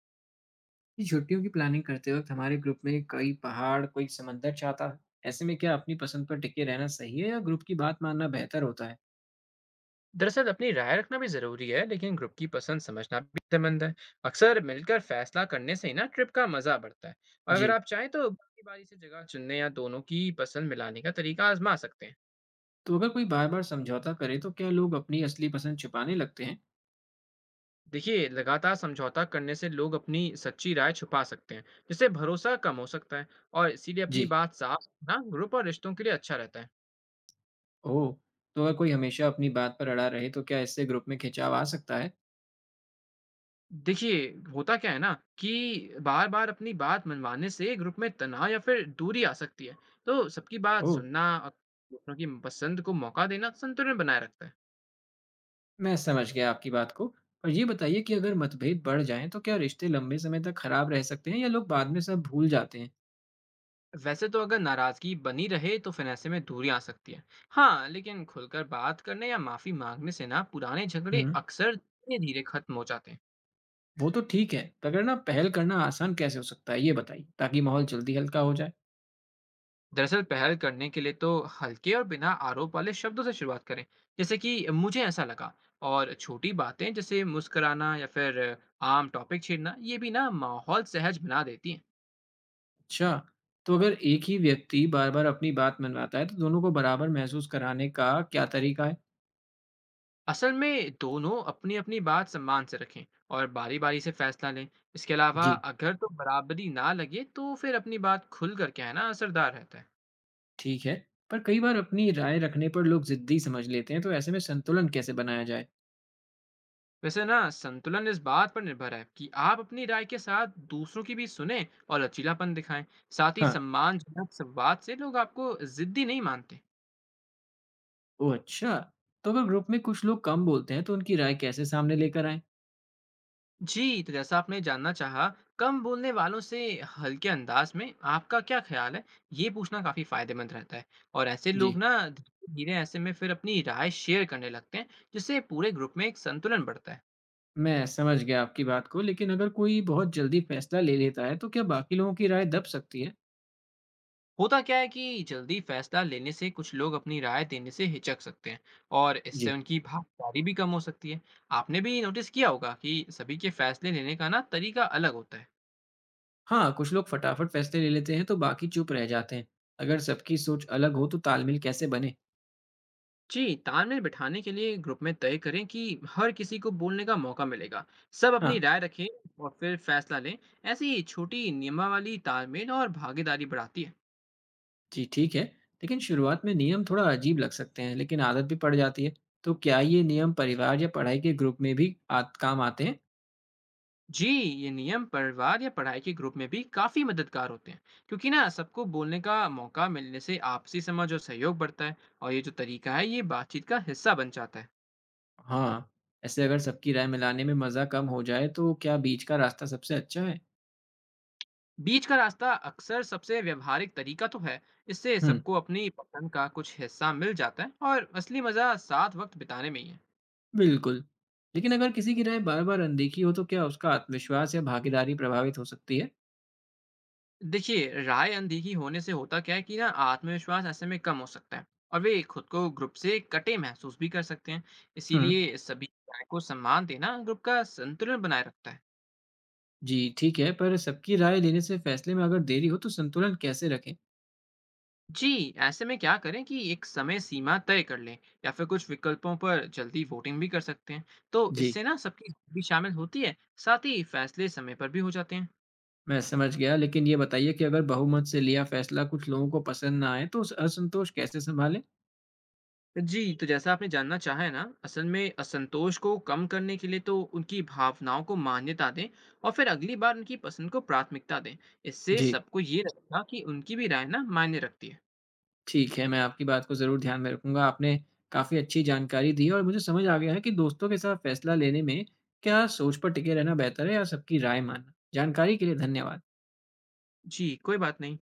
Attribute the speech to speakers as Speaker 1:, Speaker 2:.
Speaker 1: ये छुट्टियों की प्लानिंग करते वक्त हमारे ग्रुप में कई पहाड़ कोई समंदर चाहता है। ऐसे में क्या अपनी पसंद पर टिके रहना सही है या ग्रुप की बात मानना बेहतर होता है?
Speaker 2: दरअसल अपनी राय रखना भी जरूरी है, लेकिन ग्रुप की पसंद समझना भी फायदेमंद है। अक्सर मिलकर फैसला करने से ही ना ट्रिप का मजा बढ़ता है। और अगर
Speaker 1: जी।
Speaker 2: आप चाहें तो बारी बारी से जगह चुनने या दोनों की पसंद मिलाने का तरीका आजमा सकते हैं।
Speaker 1: तो अगर कोई बार बार समझौता करे तो क्या लोग अपनी असली पसंद छुपाने लगते हैं?
Speaker 2: देखिए, लगातार समझौता करने से लोग अपनी सच्ची राय छुपा सकते हैं, जिससे भरोसा कम हो सकता है। और इसीलिए अपनी
Speaker 1: जी।
Speaker 2: बात साफ रखना ग्रुप और रिश्तों के लिए अच्छा रहता है।
Speaker 1: ओह। तो अगर कोई हमेशा अपनी बात पर अड़ा रहे तो क्या इससे ग्रुप में खिंचाव आ सकता है?
Speaker 2: देखिए, होता क्या है ना कि बार-बार अपनी बात मनवाने से ग्रुप में तनाव या फिर दूरी आ सकती है। तो सबकी बात
Speaker 1: ओह।
Speaker 2: सुनना और दूसरों की पसंद को मौका देना संतुलन बनाए रखता है।
Speaker 1: मैं समझ गया आपकी बात को, पर ये बताइए कि अगर मतभेद बढ़ जाएं तो क्या रिश्ते लंबे समय तक खराब रह सकते हैं या लोग बाद में सब भूल जाते हैं?
Speaker 2: वैसे तो अगर नाराजगी बनी रहे तो फिर ऐसे में दूरी आ सकती है। हाँ, लेकिन खुलकर बात करने या माफी मांगने से ना पुराने झगड़े
Speaker 1: हम्म।
Speaker 2: अक्सर धीरे-धीरे खत्म हो जाते हैं।
Speaker 1: वो तो ठीक है, मगर ना पहल करना आसान कैसे हो सकता है ये बताइए, ताकि माहौल जल्दी हल्का हो जाए?
Speaker 2: दरअसल पहल करने के लिए तो हल्के और बिना आरोप वाले शब्दों से शुरुआत करें, जैसे कि मुझे ऐसा लगा। और छोटी बातें जैसे मुस्कुराना या फिर आम टॉपिक छेड़ना, ये भी ना माहौल सहज बना देती हैं।
Speaker 1: अच्छा। तो अगर एक ही व्यक्ति बार-बार अपनी बात मनवाता है, तो दोनों को बराबर महसूस कराने का क्या तरीका है?
Speaker 2: असल में दोनों अपनी अपनी बात सम्मान से रखें और बारी बारी से फैसला लें। इसके अलावा
Speaker 1: जी
Speaker 2: अगर तो बराबरी ना लगे तो फिर अपनी बात खुल कर कहना असरदार रहता है।
Speaker 1: ठीक है। पर कई बार अपनी राय रखने पर लोग जिद्दी समझ लेते हैं, तो ऐसे में संतुलन कैसे बनाया जाए?
Speaker 2: वैसे ना संतुलन इस बात पर निर्भर है कि आप अपनी राय के साथ दूसरों की भी सुने और लचीलापन दिखाएं। साथ ही
Speaker 1: हाँ।
Speaker 2: सम्मानजनक संवाद से लोग आपको जिद्दी नहीं मानते।
Speaker 1: ओह अच्छा। तो अगर ग्रुप में कुछ लोग कम बोलते हैं, तो उनकी राय कैसे सामने लेकर आएं?
Speaker 2: जी तो जैसा आपने जानना चाहा, कम बोलने वालों से हल्के अंदाज में आपका क्या ख्याल है, ये पूछना काफी फायदेमंद रहता है। और ऐसे
Speaker 1: जी।
Speaker 2: लोग ना धीरे धीरे ऐसे में फिर अपनी राय शेयर करने लगते हैं, जिससे पूरे ग्रुप में एक संतुलन बढ़ता है।
Speaker 1: मैं समझ गया आपकी बात को, लेकिन अगर कोई बहुत जल्दी फैसला ले लेता है, तो क्या बाकी लोगों की राय दब सकती है?
Speaker 2: होता क्या है कि जल्दी फैसला लेने से कुछ लोग अपनी राय देने से हिचक सकते हैं, और इससे
Speaker 1: जी।
Speaker 2: उनकी भागीदारी भी कम हो सकती है। आपने भी नोटिस किया होगा कि सभी के फैसले लेने का ना तरीका अलग होता है।
Speaker 1: हाँ, कुछ लोग फटाफट फैसले ले लेते हैं तो बाकी चुप रह जाते हैं। अगर सबकी सोच अलग हो तो तालमेल कैसे बने?
Speaker 2: जी, तालमेल बिठाने के लिए ग्रुप में तय करें कि हर किसी को बोलने का मौका मिलेगा, सब
Speaker 1: हाँ।
Speaker 2: अपनी राय रखें और फिर फैसला लें। ऐसी छोटी नियमावली तालमेल और भागीदारी बढ़ाती है।
Speaker 1: जी ठीक है, लेकिन शुरुआत में नियम थोड़ा अजीब लग सकते हैं, लेकिन आदत भी पड़ जाती है। तो क्या ये नियम परिवार या पढ़ाई के ग्रुप में भी आत काम आते हैं?
Speaker 2: जी, ये नियम परिवार या पढ़ाई के ग्रुप में भी काफी मददगार होते हैं, क्योंकि ना सबको बोलने का मौका मिलने से आपसी समझ और सहयोग बढ़ता है। और ये जो तरीका है, ये बातचीत का हिस्सा बन जाता है।
Speaker 1: हाँ। ऐसे अगर सबकी राय मिलाने में मज़ा कम हो जाए तो क्या बीच का रास्ता सबसे अच्छा है?
Speaker 2: बीच का रास्ता अक्सर सबसे व्यवहारिक तरीका तो है। इससे
Speaker 1: हुँ,
Speaker 2: सबको अपनी पसंद का कुछ हिस्सा मिल जाता है और असली मजा साथ वक्त बिताने में ही है।
Speaker 1: बिल्कुल। लेकिन अगर किसी की राय बार-बार अनदेखी हो तो क्या उसका आत्मविश्वास या भागीदारी प्रभावित हो सकती है?
Speaker 2: देखिए, राय अनदेखी होने से होता क्या है कि ना आत्मविश्वास ऐसे में कम हो सकता है, और वे खुद को ग्रुप से कटे महसूस भी कर सकते हैं।
Speaker 1: हुँ।
Speaker 2: इसीलिए सभी राय को सम्मान देना ग्रुप का संतुलन बनाए रखता है।
Speaker 1: जी ठीक है। पर सबकी राय लेने से फैसले में अगर देरी हो तो संतुलन कैसे रखें?
Speaker 2: जी, ऐसे में क्या करें कि एक समय सीमा तय कर लें, या फिर कुछ विकल्पों पर जल्दी वोटिंग भी कर सकते हैं। तो
Speaker 1: जी।
Speaker 2: इससे ना सबकी राय भी शामिल होती है, साथ ही फैसले समय पर भी हो जाते हैं।
Speaker 1: मैं समझ गया, लेकिन ये बताइए कि अगर बहुमत से लिया फैसला कुछ लोगों को पसंद ना आए तो उस असंतोष कैसे संभालें?
Speaker 2: जी, तो जैसा आपने जानना चाहा है ना, असल में असंतोष को कम करने के लिए तो उनकी भावनाओं को मान्यता दें और फिर अगली बार उनकी पसंद को प्राथमिकता दें। इससे
Speaker 1: जी
Speaker 2: सबको ये लगेगा कि उनकी भी राय ना मायने रखती है।
Speaker 1: ठीक है। मैं आपकी बात को ज़रूर ध्यान में रखूंगा। आपने काफ़ी अच्छी जानकारी दी और मुझे समझ आ गया है कि दोस्तों के साथ फैसला लेने में क्या सोच पर टिके रहना बेहतर है या सबकी राय मानना। जानकारी के लिए धन्यवाद।
Speaker 2: जी, कोई बात नहीं।